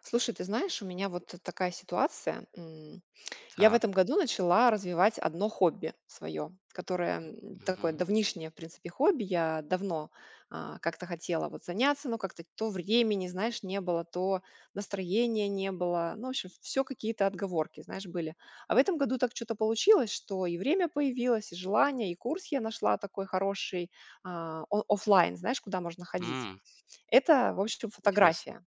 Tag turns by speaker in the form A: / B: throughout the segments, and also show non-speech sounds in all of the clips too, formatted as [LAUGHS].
A: Слушай, ты знаешь, у меня вот такая ситуация. Я в этом
B: Так.
A: году начала развивать одно хобби свое, которое такое
B: Мгм.
A: давнишнее, в принципе, хобби. Я давно как-то хотела вот заняться, но как-то то времени, знаешь, не было, то настроения не было. Ну, в общем, все какие-то отговорки, знаешь, были. А в этом году так что-то получилось, что и время появилось, и желание, и курс я нашла такой хороший, оффлайн, знаешь, куда можно ходить.
B: М,
A: Это, в общем,
B: интересно.
A: фотография.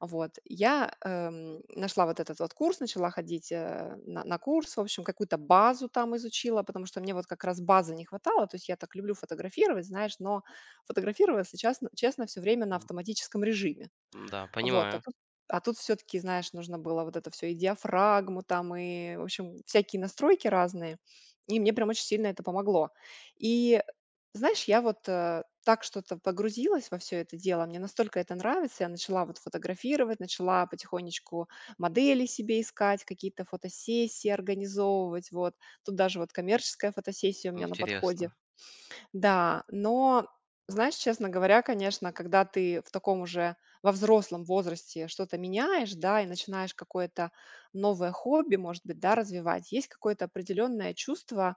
A: Вот. Я нашла вот этот вот курс, начала ходить, на курс, в общем, какую-то базу там изучила, потому что мне вот как раз базы не хватало. То есть я так люблю фотографировать, знаешь, но фотографировала, если честно, всё время на автоматическом режиме.
B: Да,
A: Вот, а
B: понимаю.
A: тут а тут всё-таки, знаешь, нужно было вот это все и диафрагму там, и, в общем, всякие настройки разные. И мне прям очень сильно это помогло. И, знаешь, я вот так что-то погрузилась во все это дело, мне настолько это нравится, я начала вот фотографировать, начала потихонечку модели себе искать, какие-то фотосессии организовывать, вот. Тут даже вот коммерческая фотосессия у меня на подходе.
B: Интересно.
A: Да, но, знаешь, честно говоря, конечно, когда ты в таком уже во взрослом возрасте что-то меняешь, да, и начинаешь какое-то новое хобби, может быть, да, развивать, есть какое-то определенное чувство,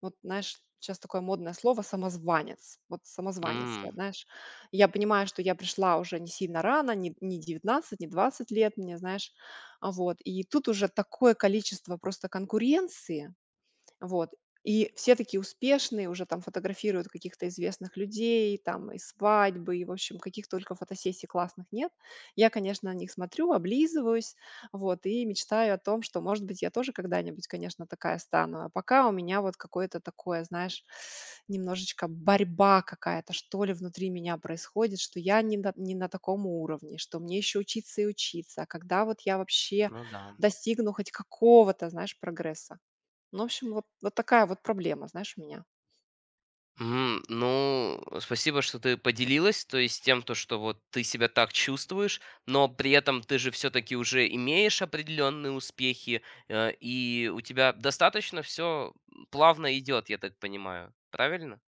A: вот, знаешь, сейчас такое модное слово — самозванец. Вот самозванец я,
B: М,
A: знаешь. Я понимаю, что я пришла уже не сильно рано, не 19, не 20 лет мне, знаешь. Вот. И тут уже такое количество просто конкуренции, вот. И все такие успешные, уже там фотографируют каких-то известных людей, там и свадьбы, и, в общем, каких только фотосессий классных нет. Я, конечно, на них смотрю, облизываюсь, вот, и мечтаю о том, что, может быть, я тоже когда-нибудь, конечно, такая стану. А пока у меня вот какое-то такое, знаешь, немножечко борьба какая-то, что ли, внутри меня происходит, что я не на таком уровне, что мне еще учиться и учиться. А когда вот я вообще
B: ну да.
A: достигну хоть какого-то, знаешь, прогресса? Ну, в общем, вот такая вот проблема, знаешь, у меня.
B: Мгм. Ну, спасибо, что ты поделилась, то есть тем, то, что вот ты себя так чувствуешь, но при этом ты же все-таки уже имеешь определенные успехи, и у тебя достаточно все плавно идет, я так понимаю. Правильно?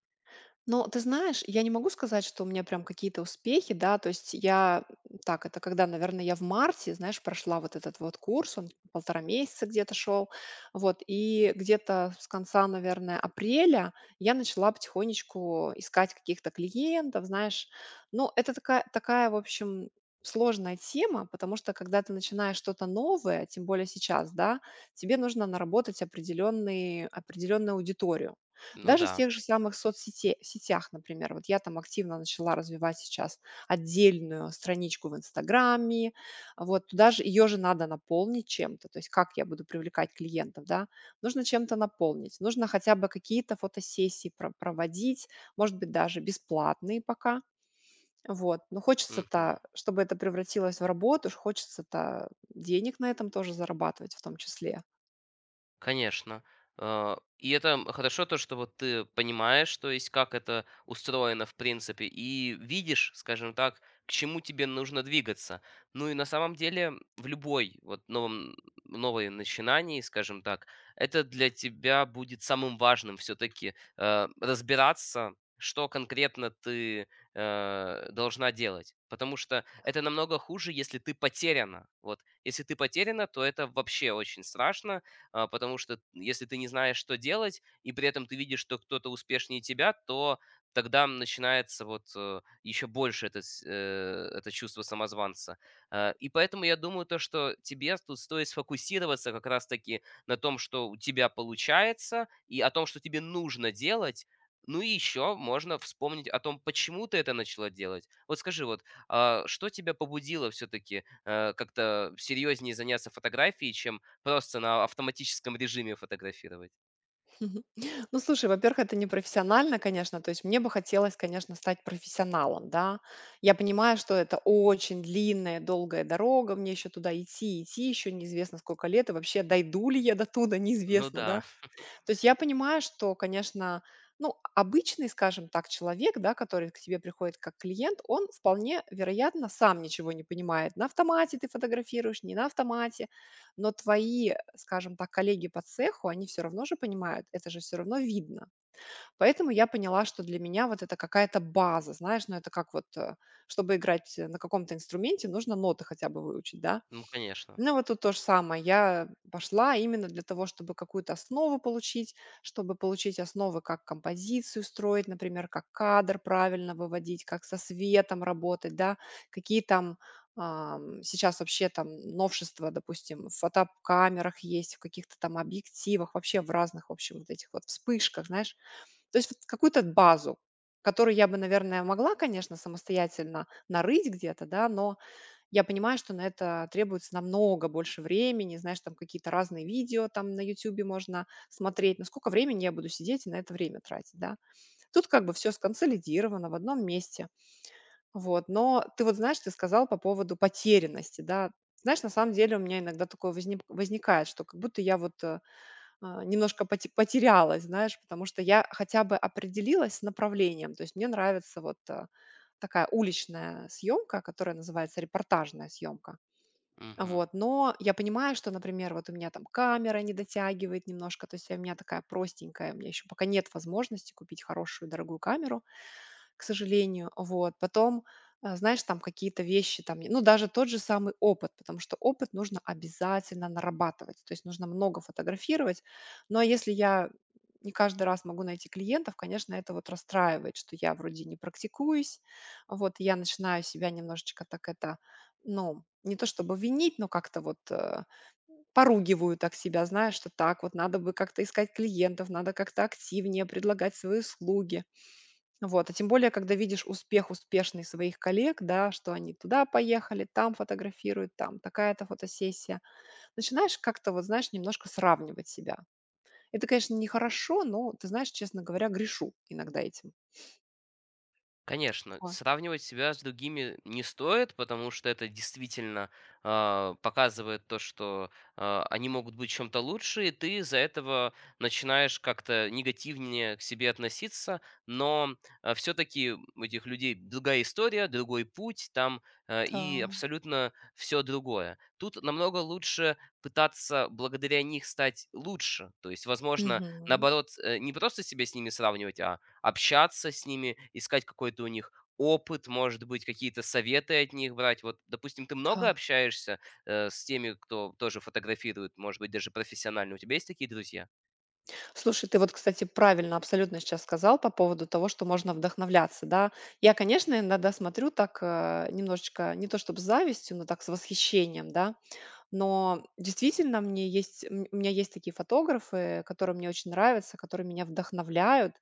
A: Но ты знаешь, я не могу сказать, что у меня прям какие-то успехи, да, то есть я так, это когда, наверное, я в марте, знаешь, прошла вот этот вот курс, он 1,5 месяца где-то шел, вот, и где-то с конца, наверное, апреля я начала потихонечку искать каких-то клиентов, знаешь, ну, это такая, в общем, сложная тема, потому что когда ты начинаешь что-то новое, тем более сейчас, да, тебе нужно наработать определенную аудиторию.
B: Ну
A: Даже в
B: да.
A: тех же самых соцсете сетях, например. Вот я там активно начала развивать сейчас отдельную страничку в "Инстаграме". Вот туда же ее же надо наполнить чем-то. То есть как я буду привлекать клиентов, да? Нужно чем-то наполнить. Нужно хотя бы какие-то фотосессии проводить, может быть, даже бесплатные пока. Вот. Но
B: Мгм.
A: хочется-то, чтобы это превратилось в работу, ж хочется-то денег на этом тоже зарабатывать в том числе.
B: Конечно. И это, хорошо то, что вот ты понимаешь, то есть как это устроено в принципе, и видишь, скажем так, к чему тебе нужно двигаться. Ну и на самом деле в любой вот новом новой начинании, скажем так, это для тебя будет самым важным все-таки разбираться, что конкретно ты должна делать. Потому что это намного хуже, если ты потеряна. Вот. Если ты потеряна, то это вообще очень страшно, потому что если ты не знаешь, что делать, и при этом ты видишь, что кто-то успешнее тебя, то тогда начинается еще больше это, это чувство самозванца. И поэтому я думаю то, что тебе тут стоит сфокусироваться как раз-таки на том, что у тебя получается, и о том, что тебе нужно делать, ну и еще можно вспомнить о том, почему ты это начала делать. Вот скажи, что тебя побудило все-таки как-то серьезнее заняться фотографией, чем просто на автоматическом режиме фотографировать.
A: [LAUGHS] Мгм. Ну, слушай, во-первых, это не профессионально, конечно. То есть мне бы хотелось, конечно, стать профессионалом, да. Я понимаю, что это очень длинная, долгая дорога, мне еще туда идти, идти, еще неизвестно сколько лет, и вообще дойду ли я до туда, [LAUGHS]
B: Ну
A: неизвестно, да.
B: да,
A: То есть я понимаю, что, конечно, ну, обычный, скажем так, человек, да, который к тебе приходит как клиент, он вполне вероятно сам ничего не понимает. На автомате ты фотографируешь, не на автомате, но твои, скажем так, коллеги по цеху, они все равно же понимают, это же все равно видно. Поэтому я поняла, что для меня вот это какая-то база, знаешь, ну это как вот, чтобы играть на каком-то инструменте, нужно ноты хотя бы выучить, да,
B: ну, конечно.
A: ну, вот тут то же самое. Я пошла именно для того, чтобы какую-то основу получить, чтобы получить основы, как композицию строить, например, как кадр правильно выводить, как со светом работать, да, какие там сейчас вообще там новшества, допустим, в фотокамерах есть, в каких-то там объективах, вообще в разных, в общем, вот этих вот вспышках, знаешь. То есть вот какую-то базу, которую я бы, наверное, могла, конечно, самостоятельно нарыть где-то, да, но я понимаю, что на это требуется намного больше времени, знаешь, там какие-то разные видео там на "Ютубе" можно смотреть. Но сколько времени я буду сидеть и на это время тратить, да? Тут как бы все сконсолидировано в одном месте. Вот, но ты вот знаешь, ты сказал по поводу потерянности, да. Знаешь, на самом деле у меня иногда такое возникает, что как будто я вот немножко потерялась, знаешь, потому что я хотя бы определилась с направлением. То есть мне нравится вот, такая уличная съемка, которая называется репортажная съемка.
B: Мгм.
A: Вот, но я понимаю, что, например, вот у меня там камера не дотягивает немножко, то есть у меня такая простенькая, у меня еще пока нет возможности купить хорошую дорогую камеру, к сожалению, вот. Потом, знаешь, там какие-то вещи, там, ну, даже тот же самый опыт, потому что опыт нужно обязательно нарабатывать, то есть нужно много фотографировать. Но если я не каждый раз могу найти клиентов, конечно, это вот расстраивает, что я вроде не практикуюсь, вот, и я начинаю себя немножечко так это, ну, не то чтобы винить, но как-то вот поругиваю так себя, знаешь, что так вот надо бы как-то искать клиентов, надо как-то активнее предлагать свои услуги. Вот, а тем более, когда видишь успех успешный своих коллег, да, что они туда поехали, там фотографируют, там такая-то фотосессия. Начинаешь как-то, вот знаешь, немножко сравнивать себя. Это, конечно, нехорошо, но, ты знаешь, честно говоря, грешу иногда этим.
B: Конечно,
A: Вот,
B: сравнивать себя с другими не стоит, потому что это действительно показывает то, что они могут быть чем-то лучше, и ты из-за этого начинаешь как-то негативнее к себе относиться, но все-таки у этих людей другая история, другой путь там, и
A: да.
B: абсолютно все другое. Тут намного лучше пытаться благодаря них стать лучше, то есть, возможно,
A: Мгм.
B: наоборот, не просто себя с ними сравнивать, а общаться с ними, искать какой-то у них опыт, может быть, какие-то советы от них брать. Вот, допустим, ты много
A: Да.
B: общаешься, с теми, кто тоже фотографирует, может быть, даже профессионально. У тебя есть такие друзья?
A: Слушай, ты вот, кстати, правильно абсолютно сейчас сказал по поводу того, что можно вдохновляться, да. Я, конечно, иногда смотрю так, немножечко, не то чтобы с завистью, но так с восхищением, да. Но действительно, мне есть, у меня есть такие фотографы, которые мне очень нравятся, которые меня вдохновляют.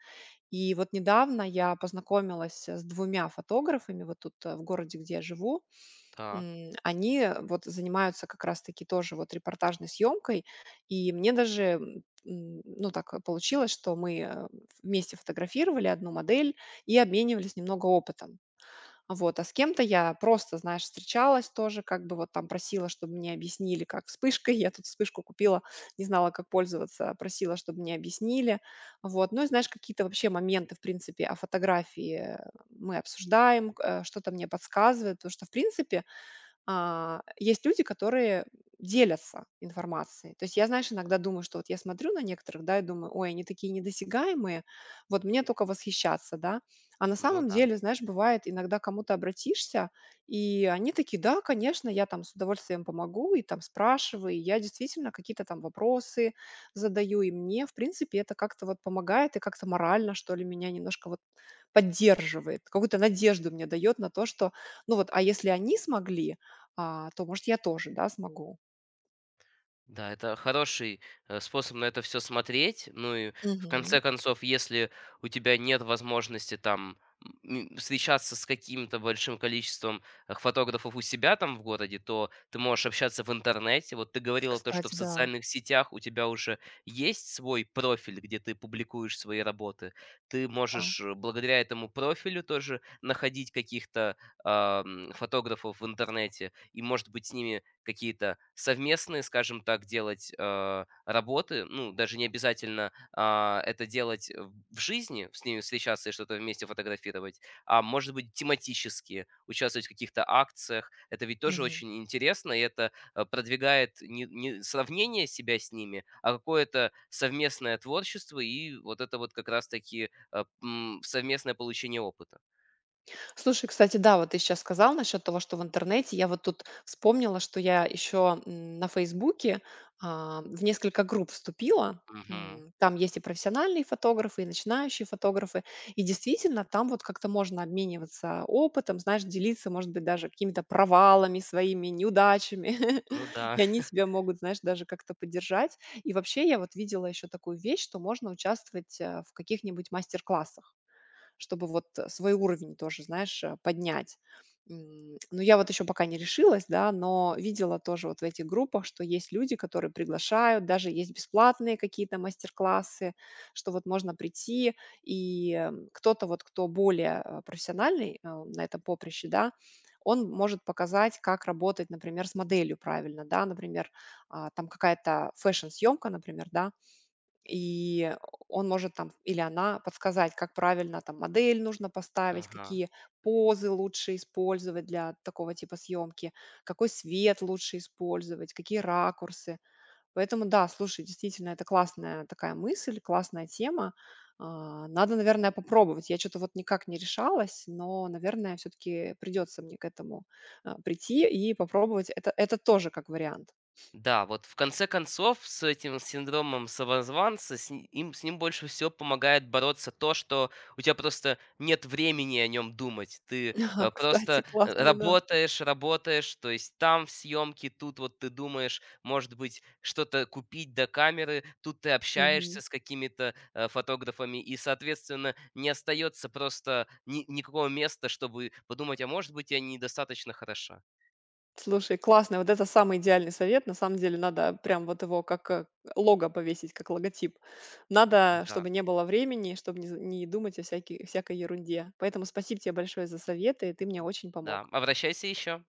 A: И вот недавно я познакомилась с двумя фотографами вот тут в городе, где я живу.
B: Так,
A: Они вот занимаются как раз-таки тоже вот репортажной съемкой. И мне даже, ну так получилось, что мы вместе фотографировали одну модель и обменивались немного опытом. Вот, а с кем-то я просто, знаешь, встречалась тоже, как бы вот там просила, чтобы мне объяснили, как вспышкой. [LAUGHS] Я тут вспышку купила, не знала, как пользоваться, просила, чтобы мне объяснили. Вот, ну и знаешь, какие-то вообще моменты, в принципе, о фотографии мы обсуждаем, что-то мне подсказывает, потому что, в принципе, есть люди, которые делятся информацией. То есть я, знаешь, иногда думаю, что вот я смотрю на некоторых, да, и думаю, ой, они такие недосягаемые, вот мне только восхищаться, да. А на
B: ну
A: самом
B: да.
A: деле, знаешь, бывает, иногда кому-то обратишься, и они такие: да, конечно, я там с удовольствием помогу, и там спрашиваю, и я действительно какие-то там вопросы задаю, и мне, в принципе, это как-то вот помогает, и как-то морально, что ли, меня немножко вот поддерживает, какую-то надежду мне дает на то, что, ну вот, а если они смогли, то, может, я тоже, да, смогу.
B: Да, это хороший, способ на это все смотреть. Ну и в конце
A: Мгм.
B: концов, если у тебя нет возможности там, м, встречаться с каким-то большим количеством, фотографов у себя там в городе, то ты можешь общаться в интернете. Вот ты говорила то, что в
A: Кстати, да,
B: социальных сетях у тебя уже есть свой профиль, где ты публикуешь свои работы. Ты
A: да.
B: можешь, благодаря этому профилю тоже находить каких-то, фотографов в интернете и, может быть, с ними какие-то совместные, скажем так, делать, работы. Ну, даже не обязательно, это делать в жизни, с ними встречаться и что-то вместе фотографировать, а может быть, тематические, участвовать в каких-то акциях. Это ведь тоже
A: Мгм.
B: очень интересно, и это, продвигает не сравнение себя с ними, а какое-то совместное творчество и вот это вот как раз таки, совместное получение опыта.
A: Слушай, кстати, да, вот ты сейчас сказал насчет того, что в интернете. Я вот тут вспомнила, что я еще на Фейсбуке в несколько групп вступила.
B: Мгм.
A: Там есть и профессиональные фотографы, и начинающие фотографы. И действительно, там вот как-то можно обмениваться опытом, знаешь, делиться, может быть, даже какими-то провалами своими, неудачами.
B: Ну
A: [LAUGHS]
B: да.
A: И они
B: [LAUGHS]
A: тебя могут, знаешь, даже как-то поддержать. И вообще я вот видела еще такую вещь, что можно участвовать в каких-нибудь мастер-классах, чтобы вот, свой уровень тоже, знаешь, поднять. Но я вот еще пока не решилась, да, но видела тоже вот в этих группах, что есть люди, которые приглашают, даже есть бесплатные какие-то мастер-классы, что вот можно прийти, и, кто-то вот, кто более, профессиональный, на этом поприще, да, он может показать, как работать, например, с моделью правильно, да, например, там какая-то фэшн-съемка, например, да, и он может там, или она, подсказать, как правильно там модель нужно поставить,
B: Ага.
A: какие позы лучше использовать для такого типа съемки, какой свет лучше использовать, какие ракурсы. Поэтому да, слушай, действительно, это классная такая мысль, классная тема. Надо, наверное, попробовать. Я что-то вот никак не решалась, но, наверное, все-таки придется мне к этому прийти и попробовать. Это тоже как вариант.
B: Да, вот в конце концов с этим синдромом самозванца с ни им с ним больше всего помогает бороться то, что у тебя просто нет времени о нем думать. Ты,
A: [LAUGHS] Кстати,
B: просто,
A: классно, да.
B: работаешь, работаешь, то есть там в съемке, тут вот ты думаешь, может быть, что-то купить до камеры, тут ты
A: Мгм.
B: общаешься с какими-то, фотографами, и, соответственно, не остается просто ни никакого места, чтобы подумать: "А может быть, я недостаточно хороша".
A: Слушай, классно. Вот это самый идеальный совет. На самом деле надо прям вот его как лого повесить, как логотип. Надо,
B: Да,
A: чтобы не было времени, чтобы не думать о всякой, всякой ерунде. Поэтому спасибо тебе большое за советы. Ты мне очень
B: да.
A: помог.
B: Обращайся еще.